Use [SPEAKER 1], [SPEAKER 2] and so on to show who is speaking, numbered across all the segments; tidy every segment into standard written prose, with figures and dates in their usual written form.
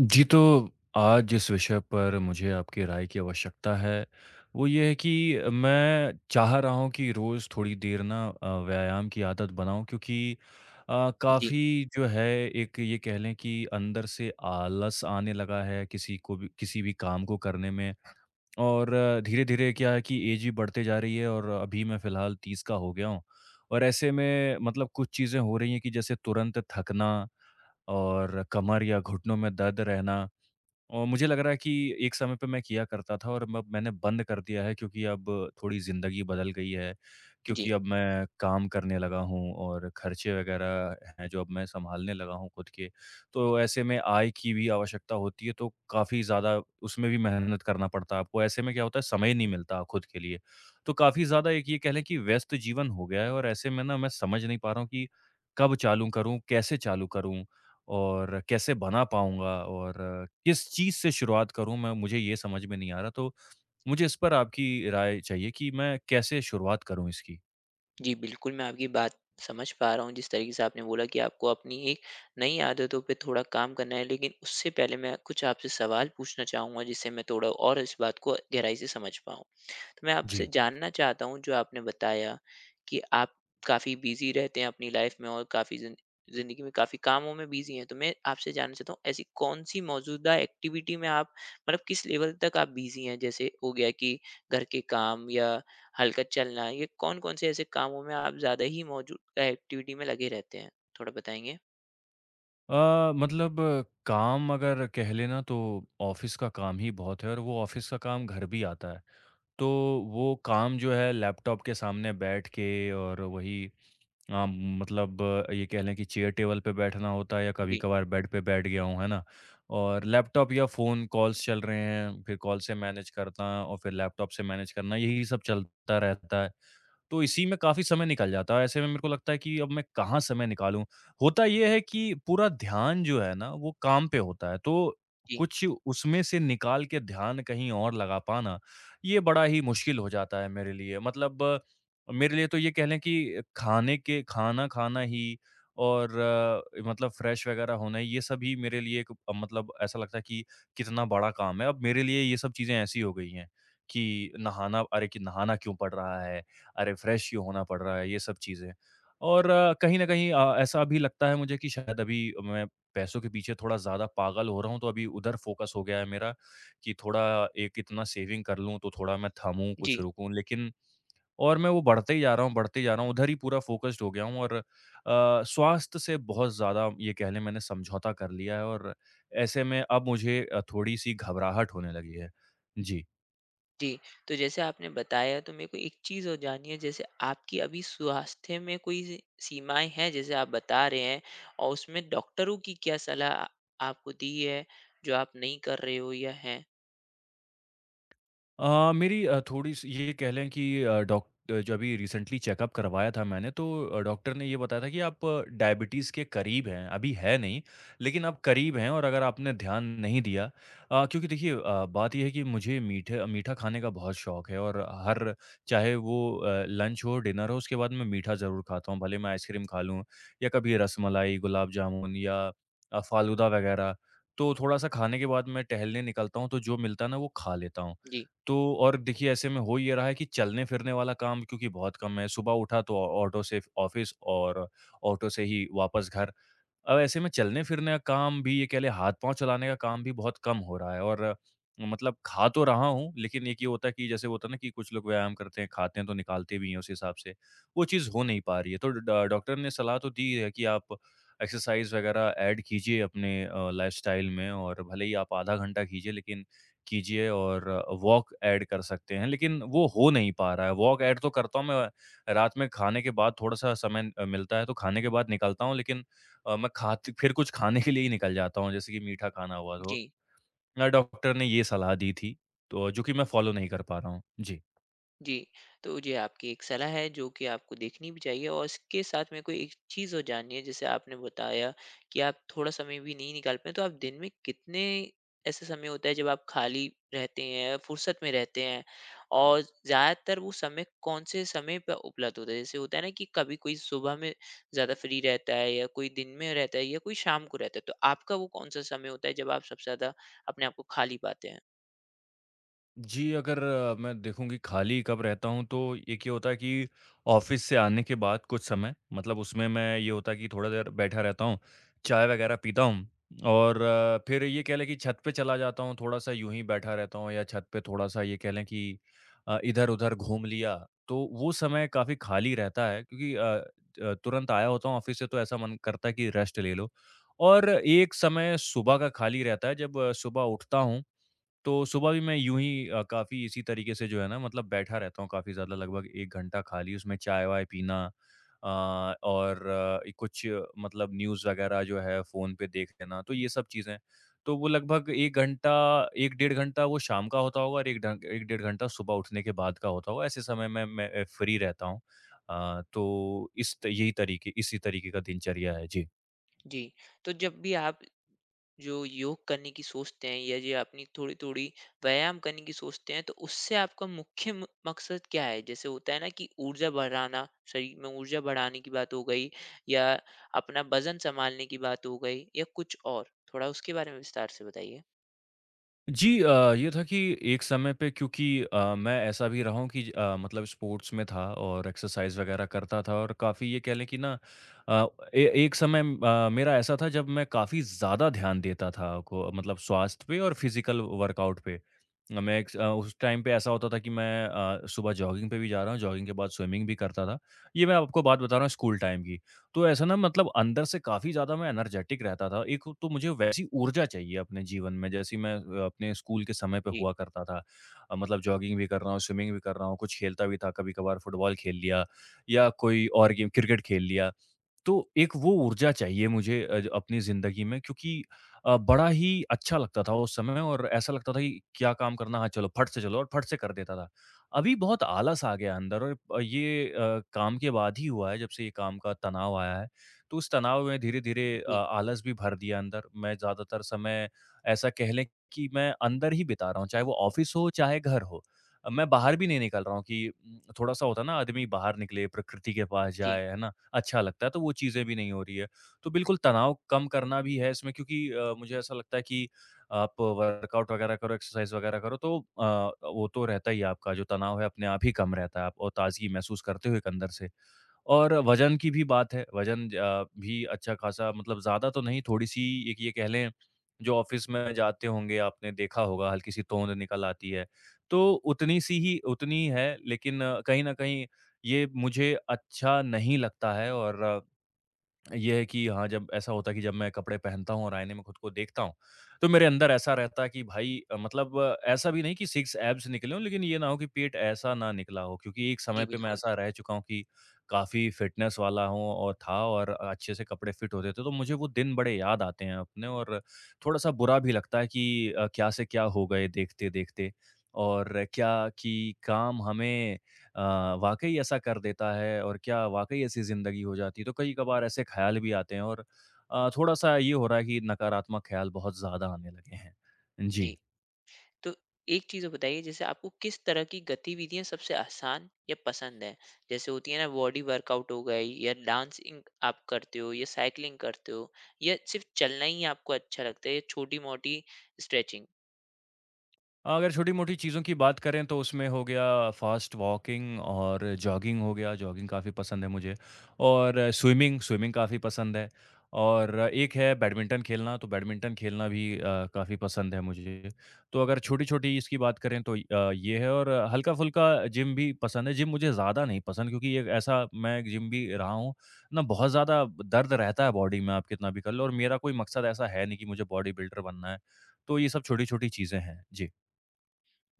[SPEAKER 1] जी, तो आज जिस विषय पर मुझे आपकी राय की आवश्यकता है, वो ये है कि मैं चाह रहा हूँ कि रोज़ थोड़ी देर ना व्यायाम की आदत बनाऊँ क्योंकि
[SPEAKER 2] जी,
[SPEAKER 1] काफ़ी जो है एक ये कह लें कि अंदर से आलस आने लगा है किसी को भी किसी भी काम को करने में। और धीरे-धीरे क्या है कि ऐज भी बढ़ते जा रही है और अभी मैं फ़िलहाल 30 का हो गया हूँ। और ऐसे में मतलब कुछ चीज़ें हो रही हैं कि जैसे तुरंत थकना और कमर या घुटनों में दर्द रहना। और मुझे लग रहा है कि एक समय पे मैं किया करता था और अब मैंने बंद कर दिया है, क्योंकि अब थोड़ी ज़िंदगी बदल गई है,
[SPEAKER 2] जी।
[SPEAKER 1] क्योंकि अब मैं काम करने लगा हूँ और खर्चे वगैरह हैं जो अब मैं सँभालने लगा हूँ खुद के। तो ऐसे में आय की भी आवश्यकता होती है, तो काफ़ी ज़्यादा उसमें भी मेहनत करना पड़ता है आपको। ऐसे में क्या होता है समय ही नहीं मिलता खुद के लिए। तो काफ़ी ज़्यादा एक ये कह लें कि व्यस्त जीवन हो गया है और ऐसे में ना मैं समझ नहीं पा रहा हूँ कि कब चालू करूँ, कैसे चालू करूँ? और कैसे बना पाऊँगा और किस चीज़ से शुरुआत करूँ मैं मुझे ये समझ में नहीं आ रहा, तो मुझे इस पर आपकी राय चाहिए कि मैं कैसे शुरुआत करूँ इसकी?
[SPEAKER 2] जी, बिल्कुल, मैं आपकी बात समझ पा रहा हूँ, जिस तरीके से आपने बोला कि आपको अपनी एक नई आदतों पे थोड़ा काम करना है, लेकिन उससे पहले मैं कुछ आपसे सवाल पूछना चाहूँगा, जिससे मैं थोड़ा और इस बात को गहराई से समझ पाऊँ। तो मैं आपसे
[SPEAKER 1] जी।
[SPEAKER 2] जानना चाहता हूँ, जो आपने बताया कि आप काफ़ी बिज़ी रहते हैं अपनी लाइफ़ में और काफ़ी ज़िन ज़िंदगी में काफ़ी कामों में बिज़ी हैं। तो मैं आपसे जानना चाहता हूँ, ऐसी कौन-सी मौजूदा एक्टिविटी में आप मतलब किस लेवल तक आप बिज़ी हैं? जैसे हो गया कि घर के काम या हल्का चलना, ये कौन-कौन से ऐसे कामों में आप ज़्यादा ही मौजूदा एक्टिविटी में लगे रहते हैं? थोड़ा बताएँगे?
[SPEAKER 1] मतलब काम अगर कह लेना तो ऑफ़िस का काम ही बहुत है और वो ऑफ़िस का काम घर भी आता है। तो वो काम जो है लैपटॉप के सामने बैठ के और वही हाँ, मतलब ये कह लें कि चेयर टेबल पे बैठना होता है या
[SPEAKER 2] जी,
[SPEAKER 1] कभी-कभार बेड पे बैठ गया हूँ, है ना? और लैपटॉप या फ़ोन कॉल्स चल रहे हैं, फिर कॉल से मैनेज करना और फिर लैपटॉप से मैनेज करना, यही सब चलता रहता है। तो इसी में काफ़ी समय निकल जाता है, ऐसे में मेरे को लगता है कि अब मैं कहाँ समय निकालूँ? होता ये है कि पूरा ध्यान जो है ना, वो काम पे होता है, तो
[SPEAKER 2] जी,
[SPEAKER 1] कुछ उसमें से निकाल के ध्यान कहीं और लगा पाना, ये बड़ा ही मुश्किल हो जाता है मेरे लिए। मतलब मेरे लिए तो ये कह लें कि खाने के खाना खाना ही और मतलब फ्रेश वगैरह होना ये सब ही मेरे लिए एक मतलब ऐसा लगता है कि कितना बड़ा काम है। अब मेरे लिए ये सब चीज़ें ऐसी हो गई हैं कि नहाना अरे! कि नहाना क्यों पड़ रहा है? अरे! फ्रेश क्यों होना पड़ रहा है? ये सब चीज़ें। और कहीं न कहीं ऐसा भी लगता है मुझे कि शायद अभी मैं पैसों के पीछे थोड़ा ज़्यादा पागल हो रहा हूँ, तो अभी उधर फ़ोकस हो गया है मेरा कि थोड़ा एक इतना सेविंग कर लूँ, तो थोड़ा मैं थमूँ, कुछ
[SPEAKER 2] जी।
[SPEAKER 1] रुकूँ। लेकिन और मैं वो बढ़ते ही जा रहा हूँ, बढ़ते ही जा रहा हूँ, उधर ही पूरा फ़ोकस्ड हो गया हूँ और स्वास्थ्य से बहुत ज़्यादा ये कह लें मैंने समझौता कर लिया है और ऐसे में अब मुझे थोड़ी-सी घबराहट होने लगी है। जी।
[SPEAKER 2] जी, तो जैसे आपने बताया तो मेरे को एक चीज़ और जाननी है, जैसे आपकी अभी स्वास्थ्य में कोई सी सीमाएँ हैं जैसे आप बता रहे हैं, और उसमें डॉक्टरों की क्या सलाह आपको दी है, जो आप नहीं कर रहे हो या हैं?
[SPEAKER 1] मेरी थोड़ी-सी ये कह लें कि डॉक जो अभी रिसेंटली चेकअप करवाया था मैंने तो डॉक्टर ने ये बताया था कि आप डायबिटीज़ के करीब हैं, अभी है नहीं, लेकिन आप करीब हैं और अगर आपने ध्यान नहीं दिया। क्योंकि देखिए बात ये है कि मुझे मीठे मीठा खाने का बहुत शौक है और हर चाहे वो लंच हो, डिनर हो, उसके बाद मैं मीठा ज़रूर खाता हूँ। भले मैं आइसक्रीम खा लूँ या कभी रसमलाई, गुलाब जामुन या फ़ालूदा वगैरह। तो थोड़ा-सा खाने के बाद मैं टहलने निकलता हूँ, तो जो मिलता है ना वो खा लेता हूँ।
[SPEAKER 2] जी,
[SPEAKER 1] तो और देखिए ऐसे में हो ये रहा है कि चलने-फिरने वाला काम क्योंकि बहुत कम है, सुबह उठा तो ऑ ऑटो से ऑफ़िस और ऑटो से ही वापस घर। अब ऐसे में चलने फिरने का काम भी ये कह लें हाथ-पाँव चलाने का काम भी बहुत कम हो रहा है और मतलब खा तो रहा हूँ, लेकिन एक ये होता है कि जैसे होता है ना कि कुछ लोग व्यायाम करते हैं, खाते हैं तो निकालते भी हैं उस हिसाब से, वो चीज़ हो नहीं पा रही है। तो ड डॉक्टर ने सलाह तो दी है कि आप एक्सरसाइज़ वगैरह ऐड कीजिए अपने लाइफ़स्टाइल में और भले ही आप आधा घंटा कीजिए लेकिन कीजिए और वॉक ऐड कर सकते हैं, लेकिन वो हो नहीं पा रहा है। वॉक ऐड तो करता हूँ मैं, रात में खाने के बाद थोड़ा-सा समय मिलता है तो खाने के बाद निकलता हूँ लेकिन मैं खाते फिर कुछ खाने के लिए ही निकल जाता हूँ, जैसे कि मीठा खाना हुआ तो।
[SPEAKER 2] जी।
[SPEAKER 1] डॉक्टर ने ये सलाह दी थी, तो जो कि मैं फ़ॉलो नहीं कर पा रहा हूँ। जी।
[SPEAKER 2] जी, तो जी आपकी एक सलाह है जो कि आपको देखनी भी चाहिए, और इसके साथ मेरे को एक चीज़ और जाननी है। जैसे आपने बताया कि आप थोड़ा समय भी नहीं निकाल पाए, तो आप दिन में कितने ऐसे समय होता है जब आप खाली रहते हैं, फुर्सत में रहते हैं? और ज़्यादातर वो समय कौन-से समय पे उपलब्ध होता है? जैसे होता है ना कि कभी कोई सुबह में ज़्यादा फ्री रहता है या कोई दिन में रहता है या कोई शाम को रहता है, तो आपका वो कौन-सा समय होता है जब आप सबसे ज़्यादा अपने आप को खाली पाते हैं?
[SPEAKER 1] जी, अगर मैं देखूँ कि खाली कब रहता हूँ तो एक ये क्या होता है कि ऑफ़िस से आने के बाद कुछ समय मतलब उसमें मैं ये होता है कि थोड़ा देर बैठा रहता हूँ, चाय वग़ैरह पीता हूँ और फिर ये कह लें कि छत पे चला जाता हूँ, थोड़ा-सा यूँ ही बैठा रहता हूँ या छत पे थोड़ा-सा ये कह लें कि इधर-उधर घूम लिया, तो वो समय काफ़ी खाली रहता है क्योंकि तुरंत आया होता हूँ ऑफ़िस से तो ऐसा मन करता है कि रेस्ट ले लो और एक समय सुबह का खाली रहता है जब सुबह उठता हूँ तो सुबह भी मैं यूँ ही काफ़ी इसी तरीके से जो है ना मतलब बैठा रहता हूँ काफ़ी ज़्यादा लगभग 1 घंटा खाली उसमें चाय-वाय पीना अ, और ए कुछ मतलब न्यूज़ वगैरह जो है फ़ोन पे देख लेना, तो ये सब चीज़ें। तो वो लगभग 1 घंटा 1 डेढ़ घंटा वो शाम का होता होगा और 1 डेढ़ घंटा सुबह उठने के बाद का होता होगा, ऐसे समय में मैं फ्री रहता हूँ। तो इस त यही तरीके इसी तरीके का दिनचर्या है। जी।
[SPEAKER 2] जी, तो जब भी आप जो योग करने की सोचते हैं या जो अपनी थोड़ी थोड़ी व्यायाम करने की सोचते हैं, तो उससे आपका मुख्य मकसद क्या है? जैसे होता है ना कि ऊर्जा बढ़ाना, शरीर में ऊर्जा बढ़ाने की बात हो गई, या अपना वजन संभालने की बात हो गई, या कुछ और। थोड़ा उसके बारे में विस्तार से बताइए।
[SPEAKER 1] जी ये था कि एक समय पे क्योंकि मैं ऐसा भी रहा हूँ कि मतलब स्पोर्ट्स में था और एक्सरसाइज वगैरह करता था और काफ़ी ये कह लें कि ना अ, एक समय मेरा ऐसा था जब मैं काफ़ी ज़्यादा ध्यान देता था को मतलब स्वास्थ्य पे और फिजिकल वर्कआउट पे। मैं उस टाइम पे ऐसा होता था कि मैं सुबह जॉगिंग पे भी जा रहा हूँ, जॉगिंग के बाद स्विमिंग भी करता था। ये मैं आपको बात बता रहा हूँ स्कूल टाइम की। तो ऐसा ना मतलब अंदर से काफ़ी ज़्यादा मैं एनर्जेटिक रहता था। एक तो मुझे वैसी ऊर्जा चाहिए अपने जीवन में जैसी मैं अपने स्कूल के समय पे
[SPEAKER 2] जी,
[SPEAKER 1] हुआ करता था। मतलब जॉगिंग भी कर रहा हूँ, स्विमिंग भी कर रहा हूँ, कुछ खेलता भी था, कभी-कभार फुटबॉल खेल लिया या कोई और गेम क्रिकेट खेल लिया। तो एक वो ऊर्जा चाहिए मुझे अपनी ज़िंदगी में क्योंकि बड़ा ही अच्छा लगता था उस समय और ऐसा लगता था कि क्या काम करना है चलो फट से चलो और फट से कर देता था। अभी बहुत आलस आ गया अंदर और काम के बाद ही हुआ है जब से ये काम का तनाव आया है। तो उस तनाव में धीरे-धीरे
[SPEAKER 2] जी,
[SPEAKER 1] आलस भी भर दिया अंदर। मैं ज़्यादातर समय ऐसा कह लें कि मैं अंदर ही बिता रहा हूँ, चाहे वो ऑफ़िस हो चाहे घर हो। मैं बाहर भी नहीं निकल रहा हूँ कि थोड़ा-सा होता है ना आदमी बाहर निकले, प्रकृति के पास
[SPEAKER 2] जी,
[SPEAKER 1] जाए, है ना? अच्छा लगता है, तो वो चीज़ें भी नहीं हो रही है। तो बिल्कुल तनाव कम करना भी है इसमें क्योंकि मुझे ऐसा लगता है कि आप वर्कआउट वगैरह करो, एक्सरसाइज़ वगैरह करो तो वो तो रहता ही है आपका जो तनाव है अपने आप ही कम रहता है आप और ताज़गी महसूस करते हो एक अंदर से। और वज़न की भी बात है, वज़न भी अच्छा खासा मतलब ज़्यादा तो नहीं थोड़ी-सी एक ये कह लें जो ऑफ़िस में जाते होंगे आपने देखा होगा हल्की-सी तोंद निकल आती है। तो उतनी सी ही उतनी है लेकिन कहीं न कहीं ये मुझे अच्छा नहीं लगता है और ये है कि हाँ, जब ऐसा होता है कि जब मैं कपड़े पहनता हूँ और आईने में खुद को देखता हूँ, तो मेरे अंदर ऐसा रहता है कि भाई ऐसा भी नहीं कि 6 एब्स निकले हों, लेकिन ये ना हो कि पेट ऐसा ना निकला हो क्योंकि एक
[SPEAKER 2] जी,
[SPEAKER 1] समय पे मैं
[SPEAKER 2] बिल्कुल।
[SPEAKER 1] ऐसा रह चुका हूँ कि काफ़ी फ़िटनेस वाला हूँ और था और अच्छे से कपड़े फ़िट होते थे, तो मुझे वो दिन बड़े याद आते हैं अपने और थोड़ा-सा बुरा भी लगता है कि क्या से क्या हो गए देखते-देखते और क्या कि काम हमें अ, वाक़ई ऐसा कर देता है और क्या वाक़ई ऐसी ज़िंदगी हो जाती है? तो कई-कभार ऐसे ख़्याल भी आते हैं और थोड़ा-सा ये हो रहा है कि नकारात्मक ख़्याल बहुत ज़्यादा आने लगे हैं।
[SPEAKER 2] जी,
[SPEAKER 1] जी।
[SPEAKER 2] तो एक चीज़ और बताइए, जैसे आपको किस तरह की गतिविधियाँ सबसे आसान या पसंद है? जैसे होती है ना, बॉडी वर्कआउट हो गई, या डांसिंग आप करते हो, या साइकिलिंग करते हो, या सिर्फ चलना ही आपको अच्छा लगता है, या छोटी-मोटी स्ट्रेचिंग?
[SPEAKER 1] अगर छोटी-मोटी चीज़ों की बात करें तो उसमें हो गया फ़ास्ट वॉकिंग और जॉगिंग हो गया, जॉगिंग काफ़ी पसंद है मुझे और स्विमिंग, स्विमिंग काफ़ी पसंद है और एक है बैडमिंटन खेलना, तो बैडमिंटन खेलना भी काफ़ी पसंद है मुझे। तो अगर छोटी-छोटी इसकी बात करें तो ये है और हल्का-फुल्का जिम भी पसंद है। जिम मुझे ज़्यादा नहीं पसंद क्योंकि एक ऐसा मैं जिम भी रहा हूँ ना बहुत ज़्यादा दर्द रहता है बॉडी में आप कितना भी कर लो और मेरा कोई मकसद ऐसा है नहीं कि मुझे बॉडी बिल्डर बनना है। तो ये सब छोटी-छोटी चीज़ें हैं। जी।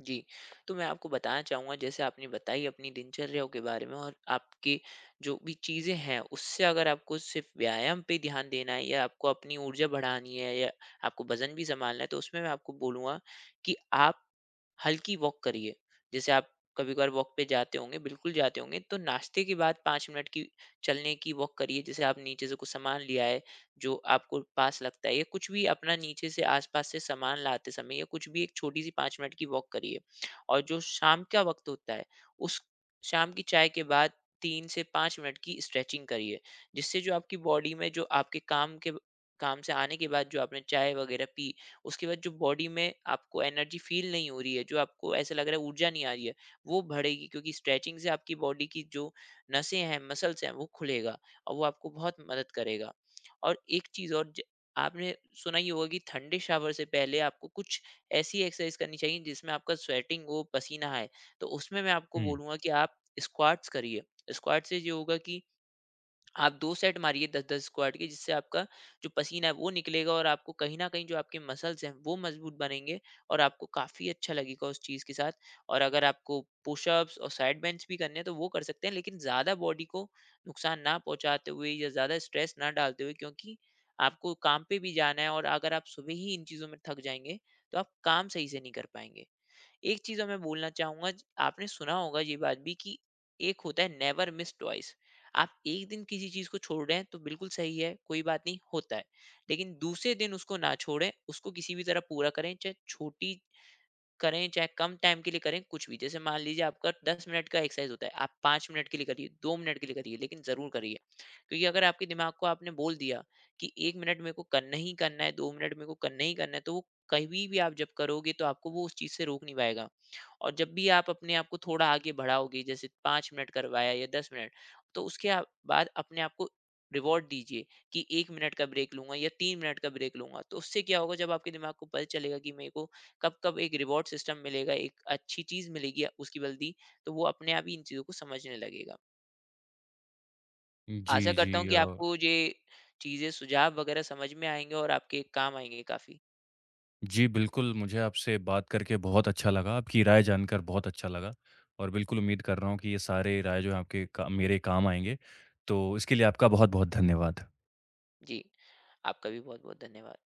[SPEAKER 2] जी, तो मैं आपको बताना चाहूँगा, जैसे आपने बताई अपनी दिनचर्याओं के बारे में, और आपकी जो भी चीज़ें हैं उससे अगर आपको सिर्फ व्यायाम पे ध्यान देना है, या आपको अपनी ऊर्जा बढ़ानी है, या आपको वज़न भी सँभालना है, तो उसमें मैं आपको बोलूँगा कि आप हल्की वॉक करिए। जैसे आप कभी कभार वॉक पे जाते होंगे, बिल्कुल जाते होंगे, तो नाश्ते के बाद पाँच मिनट की चलने की वॉक करिए। जैसे आप नीचे से कुछ सामान लिया है, जो आपको पास लगता है, या कुछ भी अपना नीचे से आसपास से सामान लाते समय, या कुछ भी, एक छोटी सी पाँच मिनट की वॉक करिए। और जो शाम का वक्त होता है, उस शाम की चाय के बाद तीन से पाँच मिनट की स्ट्रेचिंग करिए, जिससे जो आपकी बॉडी में जो आपके काम से आने के बाद जो आपने चाय वगैरह पी, उसके बाद जो बॉडी में आपको एनर्जी फील नहीं हो रही है, जो आपको ऐसा लग रहा है ऊर्जा नहीं आ रही है, वो बढ़ेगी, क्योंकि स्ट्रेचिंग से आपकी बॉडी की जो नसें हैं, मसल्स हैं, वो खुलेगा और वो आपको बहुत मदद करेगा। और एक चीज़ और, ज आपने सुना ही होगा कि ठंडे शावर से पहले आपको कुछ ऐसी एक्सरसाइज़ करनी चाहिए जिसमें आपका स्वेटिंग हो, पसीना आए। तो उसमें मैं आपको
[SPEAKER 1] हुँ।
[SPEAKER 2] बोलूँगा कि आप स्क्वाट्स करिए। स्क्वाट से ये होगा कि आप 2 सेट मारिए 10-10 स्क्वाट के, जिससे आपका जो पसीना है वो निकलेगा, और आपको कहीं न कहीं जो आपके मसल्स हैं वो मजबूत बनेंगे, और आपको काफ़ी अच्छा लगेगा उस चीज़ के साथ। और अगर आपको पुशअप्स और साइड बेंच भी करने हैं तो वो कर सकते हैं, लेकिन ज़्यादा बॉडी को नुकसान ना पहुँचाते हुए या ज़्यादा स्ट्रेस ना डालते हुए, क्योंकि आपको काम पे भी जाना है, और अगर आप सुबह ही इन चीज़ों में थक जाएँगे तो आप काम सही से नहीं कर पाएँगे। एक चीज़ और मैं बोलना चाहूँगा, आपने सुना होगा ये बात भी कि एक होता है नेवर मिस ट्वाइस। आप एक दिन किसी चीज़ को छोड़ रहे हैं तो बिल्कुल सही है, कोई बात नहीं होता है। लेकिन दूसरे दिन उसको ना छोड़ें, उसको किसी भी तरह पूरा करें, चाहे छोटी करें, चाहे कम टाइम के लिए करें, कुछ भी। जैसे मान लीजिए आपका 10 मिनट का एक्सरसाइज होता है, आप 5 मिनट के लिए करिए, 2 मिनट के लिए करिए, लेकिन ज़रूर करिए। क्योंकि अगर आपके दिमाग को आपने बोल दिया कि 1 मिनट मेरे को करना ही करना है, 2 मिनट मेरे को करना ही करना है, तो वो कभी भी आप जब करोगे तो आपको वो उस चीज़ से रोक नहीं पाएगा। और जब भी आप अपने आप को थोड़ा आगे बढ़ाओगे, जैसे 5 मिनट करवाया या 10 मिनट, तो उसके बाद अपने आप को रिवॉर्ड दीजिए कि एक मिनट का ब्रेक लूंगा या तीन मिनट का ब्रेक लूंगा। तो उससे क्या होगा, जब आपके दिमाग को पता चलेगा कि मेरे को कब-कब एक रिवॉर्ड सिस्टम मिलेगा, एक अच्छी चीज़ मिलेगी उसकी बदले, तो वो अपने आप ही इन चीज़ों को समझने लगेगा।
[SPEAKER 1] जी,
[SPEAKER 2] आशा
[SPEAKER 1] जी
[SPEAKER 2] करता हूँ कि आपको ये चीज़ें सुझाव वगैरह समझ में आएँगे और आपके काम आएँगे काफ़ी।
[SPEAKER 1] जी, बिल्कुल मुझे आपसे बात करके बहुत अच्छा लगा, आपकी राय जानकर बहुत अच्छा लगा और बिल्कुल उम्मीद कर रहा हूँ कि ये सारे राय जो हैं आपके का मेरे काम आएँगे। तो इसके लिए आपका बहुत-बहुत धन्यवाद।
[SPEAKER 2] जी, आपका भी बहुत-बहुत धन्यवाद।